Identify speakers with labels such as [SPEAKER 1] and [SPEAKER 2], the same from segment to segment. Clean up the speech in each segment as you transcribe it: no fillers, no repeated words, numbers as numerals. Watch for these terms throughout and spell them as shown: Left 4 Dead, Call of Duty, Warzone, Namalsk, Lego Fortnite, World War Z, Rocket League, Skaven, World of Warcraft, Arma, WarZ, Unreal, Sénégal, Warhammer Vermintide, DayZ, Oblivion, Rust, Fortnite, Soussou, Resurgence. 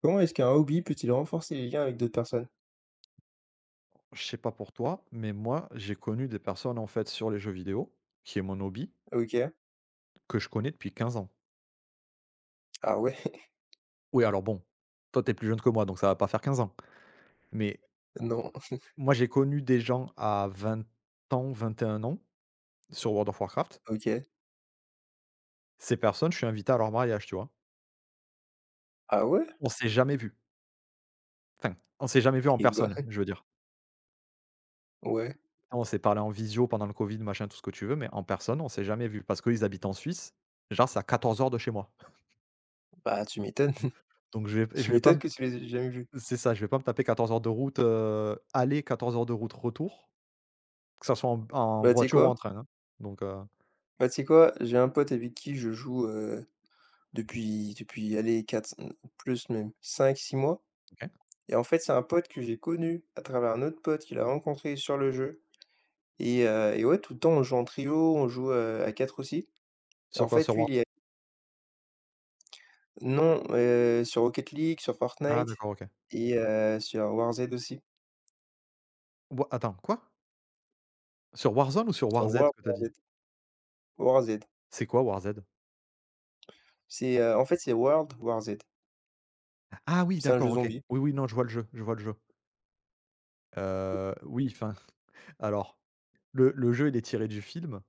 [SPEAKER 1] Comment est-ce qu'un hobby peut-il renforcer les liens avec d'autres personnes?
[SPEAKER 2] Je sais pas pour toi, mais moi, j'ai connu des personnes, en fait, sur les jeux vidéo, qui est mon hobby,
[SPEAKER 1] Ah, OK.
[SPEAKER 2] que je connais depuis 15 ans.
[SPEAKER 1] Ah ouais?
[SPEAKER 2] Oui, alors bon, toi, t'es plus jeune que moi, donc ça va pas faire 15 ans. Mais
[SPEAKER 1] Non.
[SPEAKER 2] moi, j'ai connu des gens à 20 ans, 21 ans, sur World of Warcraft.
[SPEAKER 1] OK.
[SPEAKER 2] Ces personnes, je suis invité à leur mariage, tu vois?
[SPEAKER 1] Ah ouais?
[SPEAKER 2] On s'est jamais vu. Enfin, on s'est jamais vu en
[SPEAKER 1] Et bah
[SPEAKER 2] personne, je veux dire.
[SPEAKER 1] ouais.
[SPEAKER 2] On s'est parlé en visio pendant le Covid, machin, tout ce que tu veux, mais en personne, on s'est jamais vu parce qu'ils habitent en Suisse. Genre, c'est à 14 heures de chez moi.
[SPEAKER 1] Bah, tu m'étonnes.
[SPEAKER 2] Donc je vais je
[SPEAKER 1] Tu
[SPEAKER 2] vais pas
[SPEAKER 1] m'étonnes
[SPEAKER 2] me...
[SPEAKER 1] que tu les aies jamais vus.
[SPEAKER 2] C'est ça, je vais pas me taper 14 heures de route, aller, 14 heures de route retour, que ça soit en
[SPEAKER 1] Bah, tu sais
[SPEAKER 2] voiture ou en
[SPEAKER 1] quoi?
[SPEAKER 2] train, hein. Donc
[SPEAKER 1] Bah, tu sais quoi? J'ai un pote avec qui je joue, depuis, allez, 4 plus même, 5 6 mois.
[SPEAKER 2] OK.
[SPEAKER 1] Et en fait, c'est un pote que j'ai connu à travers un autre pote qu'il a rencontré sur le jeu. Et ouais, tout le temps, on joue en trio, on joue, à 4 aussi. Et
[SPEAKER 2] Sur
[SPEAKER 1] en
[SPEAKER 2] quoi?
[SPEAKER 1] fait,
[SPEAKER 2] Sur
[SPEAKER 1] lui,
[SPEAKER 2] War...
[SPEAKER 1] il est. Non, sur Rocket League, sur
[SPEAKER 2] ah
[SPEAKER 1] Fortnite
[SPEAKER 2] d'accord, OK.
[SPEAKER 1] et sur WarZ aussi.
[SPEAKER 2] Wa... attends, quoi? Sur Warzone ou sur
[SPEAKER 1] Sur
[SPEAKER 2] WarZ
[SPEAKER 1] World
[SPEAKER 2] que t'as dit?
[SPEAKER 1] WarZ. WarZ.
[SPEAKER 2] C'est quoi WarZ?
[SPEAKER 1] C'est, en fait, c'est World War Z.
[SPEAKER 2] Ah oui,
[SPEAKER 1] C'est un jeu
[SPEAKER 2] d'accord, OK.
[SPEAKER 1] zombie.
[SPEAKER 2] Oui, oui, non, je vois le jeu, je vois le jeu. Oui, enfin, alors, le jeu, il est tiré du film,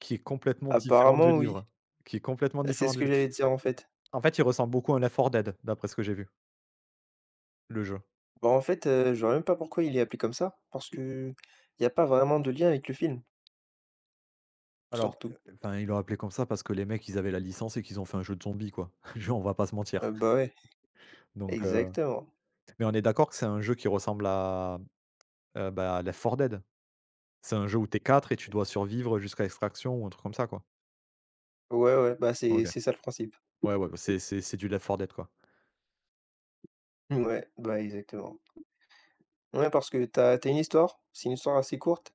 [SPEAKER 2] qui est complètement différent du
[SPEAKER 1] Apparemment, oui.
[SPEAKER 2] livre, qui est complètement
[SPEAKER 1] C'est
[SPEAKER 2] différent
[SPEAKER 1] ce
[SPEAKER 2] du
[SPEAKER 1] que
[SPEAKER 2] li...
[SPEAKER 1] j'allais dire, en fait.
[SPEAKER 2] en fait, il ressemble beaucoup à un Left 4 Dead, d'après ce que j'ai vu, le jeu.
[SPEAKER 1] Bah, en fait, je vois même pas pourquoi il est appelé comme ça, parce que il y a pas vraiment de lien avec le film,
[SPEAKER 2] Alors,
[SPEAKER 1] surtout.
[SPEAKER 2] enfin, ils l'ont appelé comme ça parce que les mecs, ils avaient la licence et qu'ils ont fait un jeu de zombies, quoi. Je... on va pas se mentir.
[SPEAKER 1] Bah, ouais,
[SPEAKER 2] Donc,
[SPEAKER 1] exactement.
[SPEAKER 2] mais on est d'accord que c'est un jeu qui ressemble à, bah, Left 4 Dead. C'est un jeu où t'es 4 et tu dois survivre jusqu'à extraction ou un truc comme ça, quoi?
[SPEAKER 1] Ouais, ouais, bah, c'est
[SPEAKER 2] OK.
[SPEAKER 1] c'est ça le principe.
[SPEAKER 2] Ouais, ouais, bah, c'est du Left 4 Dead, quoi.
[SPEAKER 1] Ouais, bah, exactement. Ouais, parce que t'as une histoire, c'est une histoire assez courte.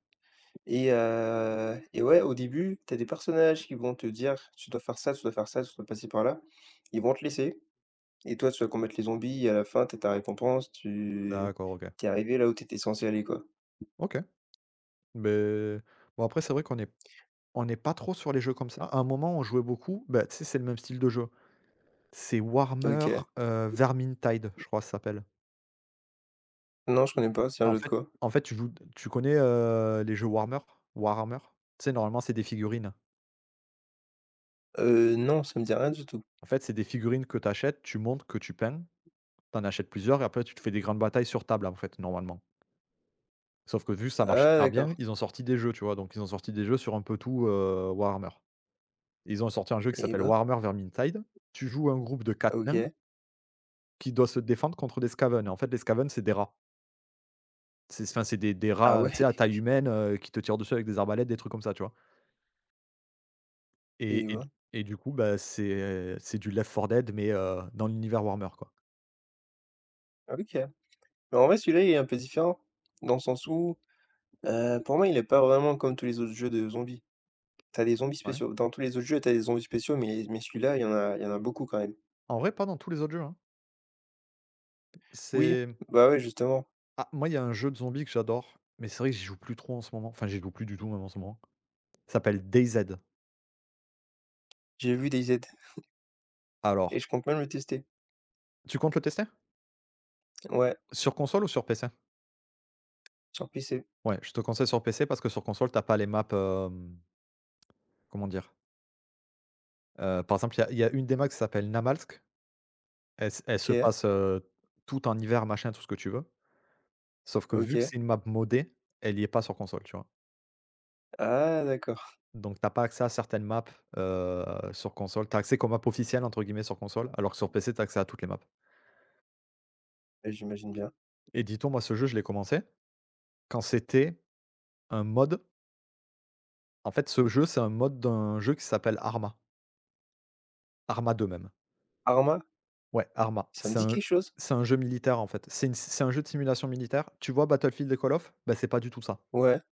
[SPEAKER 1] Et ouais, au début, t'as des personnages qui vont te dire: «Tu dois faire ça, tu dois faire ça, tu dois passer par là». Ils vont te laisser et toi, tu vas combattre les zombies et à la fin, t'as ta récompense, tu
[SPEAKER 2] D'accord, OK.
[SPEAKER 1] t'es arrivé là où t'étais censé aller, quoi.
[SPEAKER 2] OK. Mais bon, après, c'est vrai qu'on est on n'est pas trop sur les jeux comme ça. À un moment, on jouait beaucoup, bah, tu sais, c'est le même style de jeu. C'est Warmer...
[SPEAKER 1] OK.
[SPEAKER 2] Vermintide, je crois, que ça s'appelle.
[SPEAKER 1] Non, je connais pas, c'est un
[SPEAKER 2] En
[SPEAKER 1] jeu de
[SPEAKER 2] fait
[SPEAKER 1] quoi?
[SPEAKER 2] en fait, tu joues... tu connais, les jeux Warhammer? Warhammer? Tu sais, normalement, c'est des figurines.
[SPEAKER 1] Non, ça me dit rien du tout.
[SPEAKER 2] En fait, c'est des figurines que tu achètes, tu montes, que tu peins, tu en achètes plusieurs et après tu te fais des grandes batailles sur table, en fait, normalement. Sauf que vu que ça marche
[SPEAKER 1] Ah
[SPEAKER 2] super bien,
[SPEAKER 1] d'accord,
[SPEAKER 2] ils ont sorti des jeux, tu vois? Donc ils ont sorti des jeux sur un peu tout, Warhammer. Ils ont sorti un jeu qui
[SPEAKER 1] et
[SPEAKER 2] s'appelle
[SPEAKER 1] bah,
[SPEAKER 2] Warhammer Vermintide. Tu joues un groupe de quatre nains
[SPEAKER 1] OK.
[SPEAKER 2] qui doit se défendre contre des Skaven. En fait, les Skaven, c'est des rats. C'est... enfin, c'est des
[SPEAKER 1] Ah
[SPEAKER 2] rats,
[SPEAKER 1] ouais?
[SPEAKER 2] tu sais, à taille humaine, qui te tirent dessus avec des arbalètes, des trucs comme ça, tu vois? Et
[SPEAKER 1] Et
[SPEAKER 2] et
[SPEAKER 1] bah,
[SPEAKER 2] et du coup, bah, c'est du Left 4 Dead, mais, dans l'univers Warhammer, quoi.
[SPEAKER 1] OK. Mais en vrai, celui-là, il est un peu différent dans le sens où, pour moi, il est pas vraiment comme tous les autres jeux de zombies. T'as des zombies
[SPEAKER 2] Ouais.
[SPEAKER 1] spéciaux. Dans tous les autres jeux, t'as des zombies spéciaux, mais celui-là, il y en a beaucoup quand même.
[SPEAKER 2] En vrai, pas dans tous les autres jeux, hein.
[SPEAKER 1] Oui,
[SPEAKER 2] C'est...
[SPEAKER 1] bah, ouais, justement,
[SPEAKER 2] ah, moi, il y a un jeu de zombies que j'adore, mais c'est vrai que j'y joue plus trop en ce moment. Enfin, j'y joue plus du tout même en ce moment. Ça s'appelle DayZ.
[SPEAKER 1] j'ai vu DayZ et je
[SPEAKER 2] Alors,
[SPEAKER 1] compte même le tester.
[SPEAKER 2] tu comptes le tester?
[SPEAKER 1] Ouais,
[SPEAKER 2] Sur console ou sur PC?
[SPEAKER 1] sur PC.
[SPEAKER 2] Ouais, je te conseille sur PC parce que sur console, t'as pas les maps, hem, comment dire? Par exemple, il y a une des maps qui s'appelle Namalsk. Elle se
[SPEAKER 1] OK,
[SPEAKER 2] passe, tout en hiver, machin, tout ce que tu veux. Sauf que vu que
[SPEAKER 1] OK.
[SPEAKER 2] c'est une map modée, elle y est pas sur console, tu vois?
[SPEAKER 1] Ah d'accord,
[SPEAKER 2] Donc t'as pas accès à certaines maps, heu, sur console. T'as accès qu'aux maps «officielles» entre guillemets sur console, alors que sur PC, tu as accès à toutes les maps
[SPEAKER 1] ouais, j'imagine bien.
[SPEAKER 2] et dis-toi, moi, ce jeu, je l'ai commencé quand c'était un mod. En fait, ce jeu, c'est un mod d'un jeu qui s'appelle Arma. Arma deux même.
[SPEAKER 1] Arma,
[SPEAKER 2] Ouais, Arma.
[SPEAKER 1] ça me dit quelque chose?
[SPEAKER 2] C'est un jeu militaire, en fait. C'est un jeu de simulation militaire. Tu vois Battlefield et Call of? Bah, c'est pas du tout ça.
[SPEAKER 1] Ouais.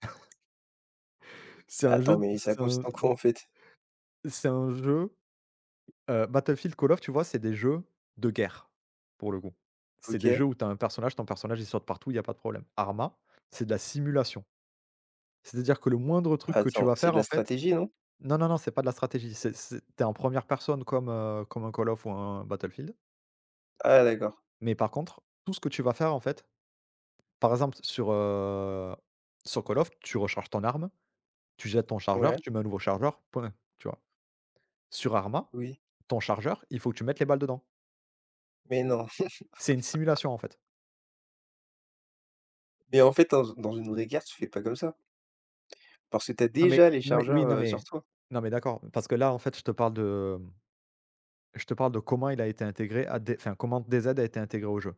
[SPEAKER 2] C'est un
[SPEAKER 1] Attends,
[SPEAKER 2] jeu
[SPEAKER 1] mais ça
[SPEAKER 2] c'est un
[SPEAKER 1] consiste en quoi, en fait?
[SPEAKER 2] c'est un jeu. Battlefield, Call of, tu vois, c'est des jeux de guerre, pour le coup. C'est des
[SPEAKER 1] OK.
[SPEAKER 2] jeux où tu as un personnage, ton personnage, il saute partout, il y a pas de problème. Arma, c'est de la simulation. C'est-à-dire que le moindre truc que tu
[SPEAKER 1] Attends,
[SPEAKER 2] vas
[SPEAKER 1] c'est
[SPEAKER 2] faire,
[SPEAKER 1] de la
[SPEAKER 2] en fait...
[SPEAKER 1] stratégie, non?
[SPEAKER 2] non, non, non, c'est pas de la stratégie, c'est tu... en première personne comme, comme un Call of ou un Battlefield,
[SPEAKER 1] Ah d'accord.
[SPEAKER 2] mais par contre, tout ce que tu vas faire, en fait... par exemple, sur, sur Call of, tu recharges ton arme, tu jettes ton chargeur,
[SPEAKER 1] Ouais,
[SPEAKER 2] tu mets un nouveau chargeur, point, tu vois? Sur Arma,
[SPEAKER 1] oui.
[SPEAKER 2] ton chargeur, il faut que tu mettes les balles dedans.
[SPEAKER 1] Mais non.
[SPEAKER 2] C'est une simulation, en fait.
[SPEAKER 1] Mais en fait, dans une vraie guerre, tu fais pas comme ça. Parce que t'as
[SPEAKER 2] Non mais
[SPEAKER 1] déjà les
[SPEAKER 2] non mais oui,
[SPEAKER 1] chargeurs,
[SPEAKER 2] non
[SPEAKER 1] sur
[SPEAKER 2] mais
[SPEAKER 1] toi.
[SPEAKER 2] non mais d'accord, parce que là, en fait, je te parle de comment il a été intégré à D... enfin, comment D Z a été intégré au jeu.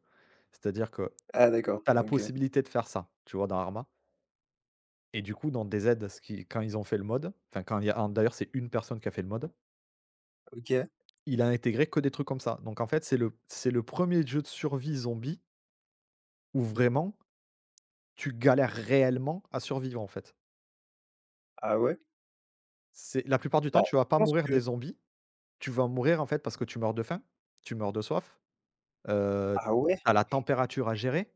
[SPEAKER 2] C'est-à-dire que
[SPEAKER 1] Ah d'accord,
[SPEAKER 2] tu as la
[SPEAKER 1] OK,
[SPEAKER 2] possibilité de faire ça, tu vois, dans Arma et du coup, dans D Z... ce qui... quand ils ont fait le mode... enfin, quand il y a... d'ailleurs, c'est une personne qui a fait le mode...
[SPEAKER 1] OK.
[SPEAKER 2] il a intégré que des trucs comme ça. Donc en fait, c'est le premier jeu de survie zombie où vraiment tu galères réellement à survivre, en fait.
[SPEAKER 1] Ah ouais?
[SPEAKER 2] C'est... la plupart du
[SPEAKER 1] Bah,
[SPEAKER 2] temps, tu vas
[SPEAKER 1] je
[SPEAKER 2] pas
[SPEAKER 1] pense
[SPEAKER 2] mourir
[SPEAKER 1] que.
[SPEAKER 2] des zombies, tu vas mourir, en fait, parce que tu meurs de faim, tu meurs de soif...
[SPEAKER 1] Ah ouais?
[SPEAKER 2] tu la température à gérer,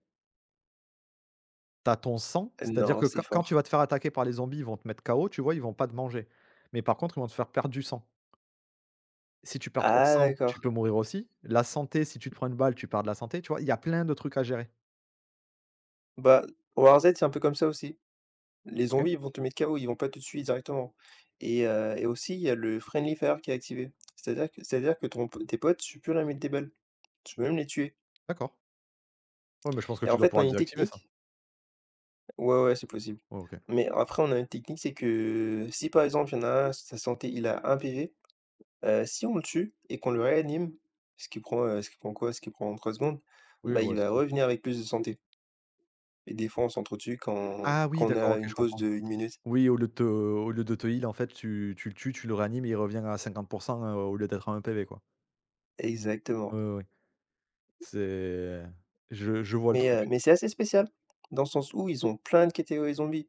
[SPEAKER 2] t'as ton sang, c'est-à-dire
[SPEAKER 1] Non,
[SPEAKER 2] que
[SPEAKER 1] c'est
[SPEAKER 2] quand tu
[SPEAKER 1] fort.
[SPEAKER 2] vas te faire attaquer par les zombies, ils vont te mettre KO, tu vois? Ils vont pas te manger. Mais par contre, ils vont te faire perdre du sang. Si tu perds trop de
[SPEAKER 1] Ah
[SPEAKER 2] sang, tu
[SPEAKER 1] d'accord.
[SPEAKER 2] peux mourir aussi. La santé, si tu te prends une balle, tu perds de la santé, tu vois? Il y a plein de trucs à gérer.
[SPEAKER 1] Bah, War Z, c'est un peu comme ça aussi. Les
[SPEAKER 2] OK,
[SPEAKER 1] zombies, ils vont te mettre KO, ils vont pas te tuer directement. Et aussi, il y a le friendly fire qui est activé. C'est-à-dire que ton p tes potes, tu peux leur mettre des balles, tu peux même les tuer.
[SPEAKER 2] d'accord. Ouais, mais je pense que
[SPEAKER 1] Et
[SPEAKER 2] tu
[SPEAKER 1] en
[SPEAKER 2] dois
[SPEAKER 1] fait, on a
[SPEAKER 2] pouvoir le
[SPEAKER 1] une
[SPEAKER 2] désactiver ça?
[SPEAKER 1] technique. Ouais, ouais, c'est possible.
[SPEAKER 2] Ouais, OK.
[SPEAKER 1] Mais après, on a une technique, c'est que si, par exemple, il y en a un, ça sentait il a 1 PV. Si on le tue et qu'on le réanime, ce qui prend quoi? Ce qui prend 3 secondes,
[SPEAKER 2] Oui,
[SPEAKER 1] bah, il
[SPEAKER 2] ouais,
[SPEAKER 1] va
[SPEAKER 2] c'est ça.
[SPEAKER 1] revenir avec plus de santé et des fois on s'entretue quand
[SPEAKER 2] Ah oui,
[SPEAKER 1] on
[SPEAKER 2] d'accord,
[SPEAKER 1] a
[SPEAKER 2] OK,
[SPEAKER 1] une
[SPEAKER 2] je
[SPEAKER 1] pause de
[SPEAKER 2] comprends.
[SPEAKER 1] 1 minute.
[SPEAKER 2] Oui, au lieu de te heal, en fait, tu le tues, tu le réanimes et il revient à 50... au lieu d'être à 1 PV, quoi.
[SPEAKER 1] Exactement.
[SPEAKER 2] Oui, oui, oui. C'est... je vois le
[SPEAKER 1] Mais,
[SPEAKER 2] truc.
[SPEAKER 1] heu, mais c'est assez spécial, dans le sens où ils ont plein de catégories zombies.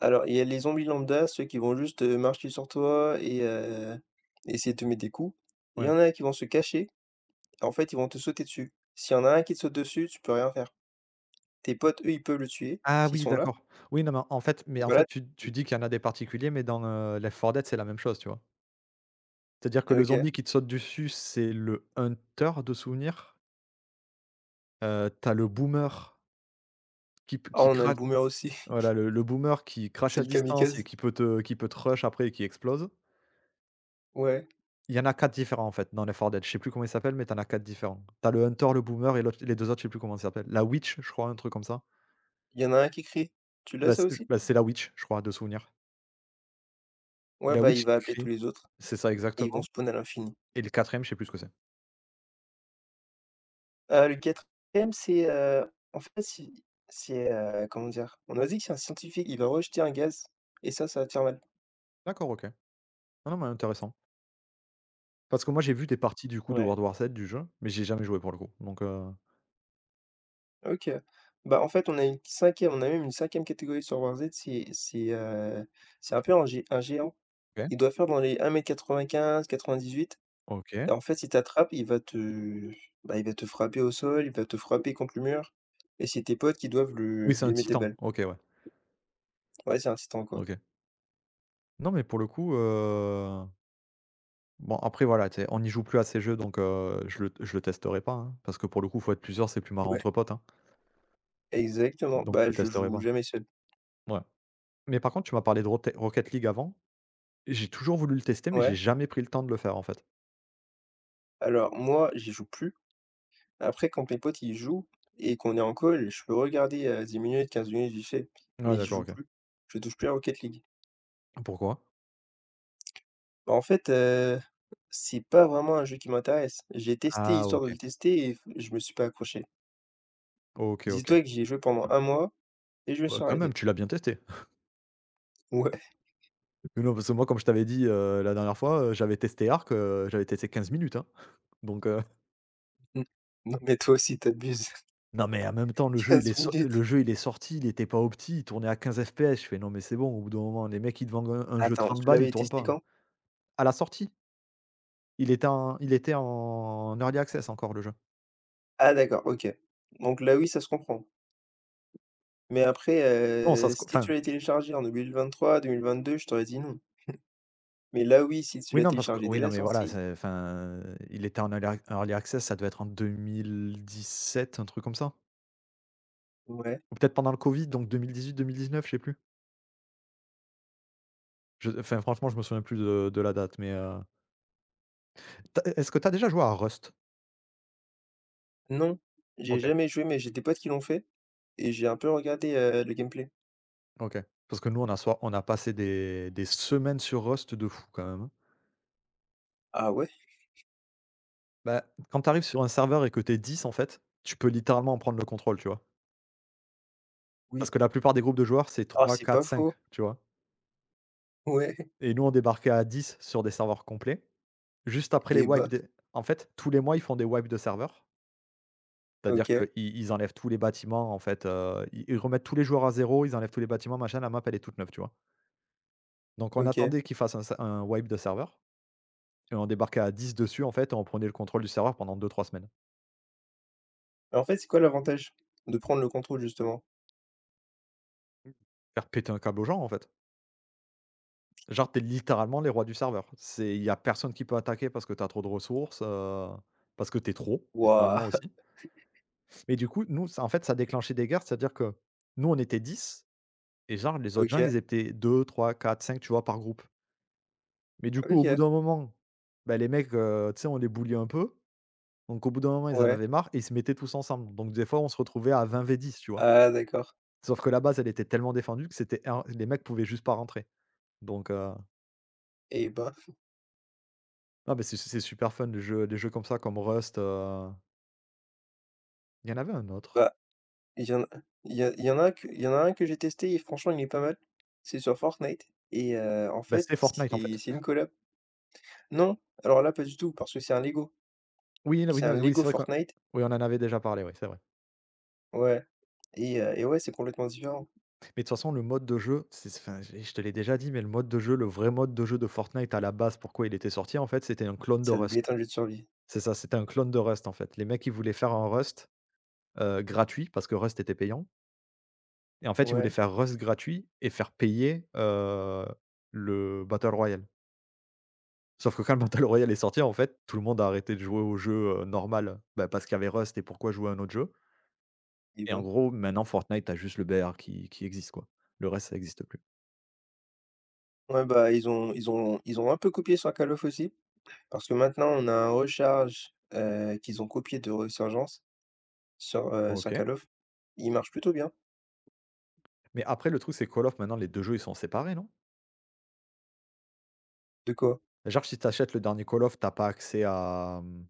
[SPEAKER 1] Alors, il y a les zombies lambda, ceux qui vont juste, marcher sur toi et essayer de te mettre des coups. Il y
[SPEAKER 2] Ouais.
[SPEAKER 1] en a qui vont se cacher, en fait, ils vont te sauter dessus. S'il y en a un qui te saute dessus, tu peux rien faire. Tes potes, eux, ils peuvent le tuer,
[SPEAKER 2] Ah
[SPEAKER 1] s'ils
[SPEAKER 2] oui,
[SPEAKER 1] sont là.
[SPEAKER 2] d'accord. Oui, non, mais en fait mais
[SPEAKER 1] Donc
[SPEAKER 2] en
[SPEAKER 1] voilà.
[SPEAKER 2] fait, tu dis qu'il y en a des particuliers, mais dans, Left 4 Dead, c'est la même chose, tu vois? C'est-à-dire que le
[SPEAKER 1] OK.
[SPEAKER 2] zombie qui te saute dessus, c'est le hunter, de souvenir. Tu le boomer qui p...
[SPEAKER 1] Ah,
[SPEAKER 2] qui
[SPEAKER 1] on a le
[SPEAKER 2] crache...
[SPEAKER 1] boomer aussi,
[SPEAKER 2] voilà, le boomer qui crache
[SPEAKER 1] c'est
[SPEAKER 2] à
[SPEAKER 1] le
[SPEAKER 2] distance et
[SPEAKER 1] kamikaze.
[SPEAKER 2] qui peut te... qui peut te rush après et qui explose.
[SPEAKER 1] Ouais,
[SPEAKER 2] Il y en a 4 différents, en fait, dans Left 4 Dead. Je sais plus comment ils s'appellent, mais t'en as 4 différents. T'as le hunter, le boomer et l'autre... les 2 autres, je sais plus comment ils s'appellent. La witch, je crois, un truc comme ça.
[SPEAKER 1] il y en a un qui crie: «Tu l'as
[SPEAKER 2] Bah,
[SPEAKER 1] ça
[SPEAKER 2] c'est...
[SPEAKER 1] aussi?»
[SPEAKER 2] bah, c'est la witch, je crois, de souvenir.
[SPEAKER 1] Ouais,
[SPEAKER 2] La
[SPEAKER 1] bah, il
[SPEAKER 2] witch
[SPEAKER 1] va
[SPEAKER 2] qui
[SPEAKER 1] appeler tous
[SPEAKER 2] crie.
[SPEAKER 1] les autres
[SPEAKER 2] C'est ça,
[SPEAKER 1] et ils vont
[SPEAKER 2] exactement.
[SPEAKER 1] spawn à l'infini.
[SPEAKER 2] Et le quatrième... je sais plus ce que c'est.
[SPEAKER 1] Le quatrième c'est, en fait comment dire? On a dit que c'est un scientifique, il va rejeter un gaz et ça va te faire mal.
[SPEAKER 2] D'accord, OK. Ah non, mais intéressant. Parce que moi, j'ai vu des parties du coup de
[SPEAKER 1] Ouais,
[SPEAKER 2] World War Z, du jeu, mais j'ai jamais joué pour le coup. Donc,
[SPEAKER 1] OK. Bah, en fait, on a une cinquième, on a même une cinquième catégorie sur Warzone, c'est un peu un géant.
[SPEAKER 2] OK.
[SPEAKER 1] Il doit faire dans les 1 m 95 1 m 98. Et
[SPEAKER 2] OK.
[SPEAKER 1] en fait, s'il t'attrape, il va te bah, il va te frapper au sol, il va te frapper contre le mur et c'est tes potes qui doivent le
[SPEAKER 2] Oui, c'est
[SPEAKER 1] lui
[SPEAKER 2] un
[SPEAKER 1] mettre des
[SPEAKER 2] titan.
[SPEAKER 1] balles.
[SPEAKER 2] OK, ouais.
[SPEAKER 1] Ouais, c'est un titan, quoi.
[SPEAKER 2] OK. Non, mais pour le coup, bon après voilà, tu sais, on n'y joue plus à ces jeux, donc, je le testerai pas, hein, parce que pour le coup, faut être plusieurs, c'est plus marrant
[SPEAKER 1] Ouais.
[SPEAKER 2] entre potes, hein.
[SPEAKER 1] Exactement,
[SPEAKER 2] Donc je
[SPEAKER 1] bah,
[SPEAKER 2] le
[SPEAKER 1] je
[SPEAKER 2] testerai
[SPEAKER 1] joue
[SPEAKER 2] pas.
[SPEAKER 1] jamais seul.
[SPEAKER 2] Ouais. Mais par contre, tu m'as parlé de Rocket League avant. Et j'ai toujours voulu le tester, mais j'ai
[SPEAKER 1] Ouais,
[SPEAKER 2] jamais pris le temps de le faire, en fait.
[SPEAKER 1] alors moi, j'y joue plus. Après, quand mes potes, ils jouent et qu'on est en call, je peux regarder, 10 minutes, 15 minutes vite fait, mais
[SPEAKER 2] Ouais,
[SPEAKER 1] j'y
[SPEAKER 2] d'accord,
[SPEAKER 1] joue
[SPEAKER 2] OK.
[SPEAKER 1] plus. Je touche plus à Rocket League.
[SPEAKER 2] Pourquoi?
[SPEAKER 1] Bah, en fait, c'est pas vraiment un jeu qui m'intéresse. J'ai testé
[SPEAKER 2] Ah
[SPEAKER 1] histoire de
[SPEAKER 2] OK.
[SPEAKER 1] le tester et f je me suis pas accroché.
[SPEAKER 2] OK, OK.
[SPEAKER 1] Dis-toi que j'y ai joué pendant 1 mois et je me
[SPEAKER 2] Bah,
[SPEAKER 1] suis
[SPEAKER 2] quand même,
[SPEAKER 1] arrêté.
[SPEAKER 2] tu l'as bien testé?
[SPEAKER 1] Ouais.
[SPEAKER 2] Oui, non, parce que moi, comme je t'avais dit, la dernière fois, j'avais testé Arc... j'avais testé 15 minutes, hein, donc
[SPEAKER 1] Mmh. Non, mais toi aussi tu abuses.
[SPEAKER 2] non, mais en même temps, le jeu, il
[SPEAKER 1] 15
[SPEAKER 2] est so
[SPEAKER 1] minutes.
[SPEAKER 2] le jeu, il est sorti, il était pas opti, il tournait à 15 FPS. Je fais: «Non, mais c'est bon, au bout d'un moment, les mecs, ils te vendent un jeu
[SPEAKER 1] Attends,
[SPEAKER 2] 30
[SPEAKER 1] tu
[SPEAKER 2] balles, ils
[SPEAKER 1] l'avais
[SPEAKER 2] tournent
[SPEAKER 1] testé
[SPEAKER 2] pas». Hein.
[SPEAKER 1] quand?
[SPEAKER 2] À la sortie, il était en early access encore, le jeu.
[SPEAKER 1] Ah d'accord, OK. Donc là, oui, ça se comprend. Mais après,
[SPEAKER 2] Non, ça se co
[SPEAKER 1] si
[SPEAKER 2] enfin,
[SPEAKER 1] tu l'as téléchargé en deux mille vingt-trois, 2022, je t'aurais dit non. Mais là, oui, si tu
[SPEAKER 2] oui,
[SPEAKER 1] l'as
[SPEAKER 2] non, parce que
[SPEAKER 1] téléchargé dès
[SPEAKER 2] oui,
[SPEAKER 1] la
[SPEAKER 2] non, mais voilà,
[SPEAKER 1] sortie,
[SPEAKER 2] c'est enfin, il était en early access. Ça devait être en 2017, un truc comme ça,
[SPEAKER 1] ouais.
[SPEAKER 2] ou peut-être pendant le covid, donc 2018-2018 2019, je sais plus. Franchement, je me souviens plus de la date, mais Tu est-ce que tu as déjà joué à Rust?
[SPEAKER 1] Non, j'ai
[SPEAKER 2] OK,
[SPEAKER 1] jamais joué, mais j'ai des potes qui l'ont fait et j'ai un peu regardé, le gameplay.
[SPEAKER 2] OK. Parce que nous, on a passé des semaines sur Rust de fou quand même, hein.
[SPEAKER 1] Ah ouais?
[SPEAKER 2] Bah, quand tu arrives sur un serveur et que tu es 10, en fait, tu peux littéralement en prendre le contrôle, tu vois?
[SPEAKER 1] Oui.
[SPEAKER 2] Parce que la plupart des groupes de joueurs, c'est
[SPEAKER 1] Ah,
[SPEAKER 2] trois,
[SPEAKER 1] c'est
[SPEAKER 2] quatre,
[SPEAKER 1] pas
[SPEAKER 2] cinq,
[SPEAKER 1] faux.
[SPEAKER 2] tu vois?
[SPEAKER 1] Ouais
[SPEAKER 2] Et nous, on débarquait à 10 sur des serveurs complets. Juste après les
[SPEAKER 1] et
[SPEAKER 2] wipes
[SPEAKER 1] bah,
[SPEAKER 2] des En fait, tous les mois, ils font des wipes de serveurs. C'est-à-dire
[SPEAKER 1] OK,
[SPEAKER 2] qu'ils ils enlèvent tous les bâtiments, en fait, ils remettent tous les joueurs à zéro, ils enlèvent tous les bâtiments, machin, la map elle est toute neuve, tu vois? Donc on
[SPEAKER 1] OK.
[SPEAKER 2] attendait qu'ils fassent un wipe de serveur. Et on débarquait à 10 dessus, en fait, et on prenait le contrôle du serveur pendant deux trois semaines.
[SPEAKER 1] En fait, c'est quoi l'avantage de prendre le contrôle justement?
[SPEAKER 2] Faire péter un câble aux gens, en fait. Genre, t'es littéralement les rois du serveur. C'est Il y a personne qui peut attaquer parce que t'as trop de ressources, parce que t'es trop,
[SPEAKER 1] Waouh!
[SPEAKER 2] littéralement aussi. Mais du coup, nous, ça en fait, ça déclenchait des guerres, c'est-à-dire que nous, on était 10, et genre les autres gens,
[SPEAKER 1] OK,
[SPEAKER 2] ils étaient deux trois quatre cinq, tu vois, par groupe. Mais du coup, au bout
[SPEAKER 1] OK,
[SPEAKER 2] d'un moment, bah, les mecs, tu sais, on les bully un peu, donc au bout d'un moment, ils en
[SPEAKER 1] ouais.
[SPEAKER 2] avaient marre et ils se mettaient tous ensemble. Donc des fois, on se retrouvait à 20 v 10, tu vois?
[SPEAKER 1] Ah d'accord,
[SPEAKER 2] Sauf que la base, elle était tellement défendue que c'était in les mecs pouvaient juste pas rentrer. Donc heu,
[SPEAKER 1] et bah,
[SPEAKER 2] ah mais c'est super fun les jeux comme ça, comme Rust, il y en avait un autre.
[SPEAKER 1] bah, il y en a il y en a un que j'ai testé et franchement il est pas mal. C'est sur Fortnite et en
[SPEAKER 2] Bah,
[SPEAKER 1] fait
[SPEAKER 2] c'était Fortnite en
[SPEAKER 1] c'est
[SPEAKER 2] fait.
[SPEAKER 1] c'est une collab. Non, alors là pas du tout parce que c'est un Lego.
[SPEAKER 2] Oui, non, oui,
[SPEAKER 1] C'est un
[SPEAKER 2] non, oui,
[SPEAKER 1] Lego
[SPEAKER 2] c'est vrai qu'on
[SPEAKER 1] Fortnite,
[SPEAKER 2] oui, on en avait déjà parlé, oui, c'est vrai.
[SPEAKER 1] ouais. Et ouais, c'est complètement différent.
[SPEAKER 2] Mais de toute façon, le mode de jeu, je te l'ai déjà dit, mais le mode de jeu, le vrai mode de jeu de Fortnite à la base, pourquoi il était sorti en fait, c'était un clone de
[SPEAKER 1] Ça devait
[SPEAKER 2] Rust.
[SPEAKER 1] être un jeu de survie.
[SPEAKER 2] C'est ça, c'était un clone de Rust en fait. Les mecs, ils voulaient faire un Rust, gratuit parce que Rust était payant. Et en fait, ils voulaient
[SPEAKER 1] Ouais,
[SPEAKER 2] faire Rust gratuit et faire payer, le Battle Royale. Sauf que quand le Battle Royale est sorti, en fait, tout le monde a arrêté de jouer au jeu, normal, bah, parce qu'il y avait Rust et pourquoi jouer à un autre jeu?
[SPEAKER 1] et
[SPEAKER 2] Et en
[SPEAKER 1] bah
[SPEAKER 2] gros, maintenant, Fortnite, tu juste le BR qui existe, quoi. Le reste, ça n'existe plus.
[SPEAKER 1] ouais, bah, ils ont un peu copié sur Call of aussi parce que maintenant on a un Recharge, qu'ils ont copié de Resurgence sur
[SPEAKER 2] OK.
[SPEAKER 1] Call of. Il marche plutôt bien.
[SPEAKER 2] Mais après, le truc, c'est que Call of, maintenant, les 2 jeux, ils sont séparés, non?
[SPEAKER 1] De quoi?
[SPEAKER 2] Genre, si t'achètes le dernier Call of, t'as pas accès à, mmh,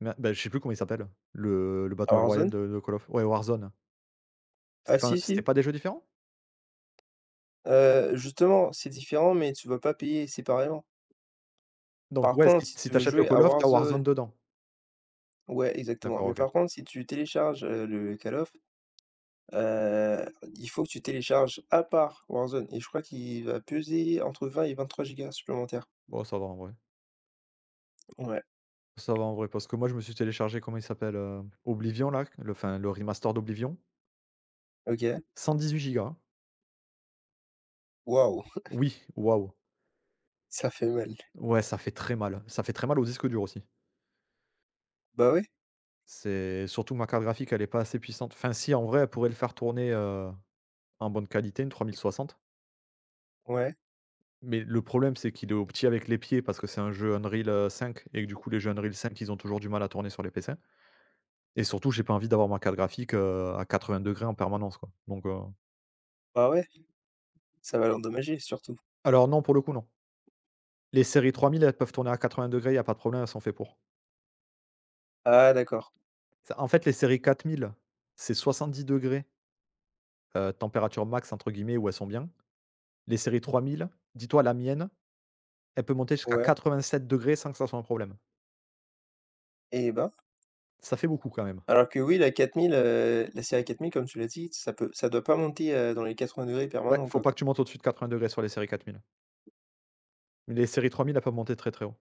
[SPEAKER 2] mer bah, je sais plus comment il s'appelle, le
[SPEAKER 1] À
[SPEAKER 2] Battle Royale
[SPEAKER 1] Warzone?
[SPEAKER 2] de Call of. Ouais, Warzone.
[SPEAKER 1] Ah si,
[SPEAKER 2] C'est
[SPEAKER 1] si.
[SPEAKER 2] pas des jeux différents?
[SPEAKER 1] Justement, c'est différent, mais tu vas pas payer séparément.
[SPEAKER 2] Donc
[SPEAKER 1] Par
[SPEAKER 2] ouais,
[SPEAKER 1] contre, si
[SPEAKER 2] si
[SPEAKER 1] tu
[SPEAKER 2] tu
[SPEAKER 1] veux
[SPEAKER 2] le
[SPEAKER 1] jouer à
[SPEAKER 2] Call of, t'as Warzone
[SPEAKER 1] Warzone,
[SPEAKER 2] dedans.
[SPEAKER 1] ouais, exactement.
[SPEAKER 2] D'accord,
[SPEAKER 1] Mais
[SPEAKER 2] OK.
[SPEAKER 1] par contre, si tu télécharges, le Call of, heu, il faut que tu télécharges à part Warzone et je crois qu'il va peser entre 20 et 23 gigas supplémentaires.
[SPEAKER 2] Oh, ça va en vrai.
[SPEAKER 1] Ouais,
[SPEAKER 2] Ça va en vrai parce que moi je me suis téléchargé, comment il s'appelle, Oblivion là, le remaster d'Oblivion,
[SPEAKER 1] OK.
[SPEAKER 2] 118 gigas. Hein.
[SPEAKER 1] Waouh,
[SPEAKER 2] Oui, waouh.
[SPEAKER 1] ça fait mal.
[SPEAKER 2] Ouais, ça fait très mal. Ça fait très mal au disque dur aussi.
[SPEAKER 1] Bah, ouais,
[SPEAKER 2] C'est surtout que ma carte graphique elle est pas assez puissante. Enfin si, en vrai, elle pourrait le faire tourner, en bonne qualité, une 3060.
[SPEAKER 1] ouais,
[SPEAKER 2] Mais le problème, c'est qu'il est au petit avec les pieds parce que c'est un jeu Unreal, 5, et que du coup les jeux Unreal 5, ils ont toujours du mal à tourner sur les PC, et surtout j'ai pas envie d'avoir ma carte graphique, à 80 degrés en permanence quoi,
[SPEAKER 1] bah, ouais, ça va l'endommager surtout.
[SPEAKER 2] alors non, pour le coup, non. Les séries 3000, elles peuvent tourner à 80 degrés, il y a pas de problème, elles sont faites pour.
[SPEAKER 1] Ah d'accord,
[SPEAKER 2] Ça en fait, les séries 4000, c'est 70 degrés, «température max» entre guillemets, où elles sont bien. Les séries 3000, dis-toi la mienne, elle peut monter jusqu'à
[SPEAKER 1] ouais
[SPEAKER 2] 87 degrés, sans que ça soit un problème.
[SPEAKER 1] et ben,
[SPEAKER 2] Ça fait beaucoup quand même.
[SPEAKER 1] alors que oui, la 4000, la série 4000 comme tu l'as dit, ça doit pas monter, dans les 80 degrés
[SPEAKER 2] Ouais,
[SPEAKER 1] permanents, quoi.
[SPEAKER 2] faut pas que tu montes au-dessus de 80 degrés sur les séries 4000. Mais les séries 3000, elles peuvent monter très, très haut.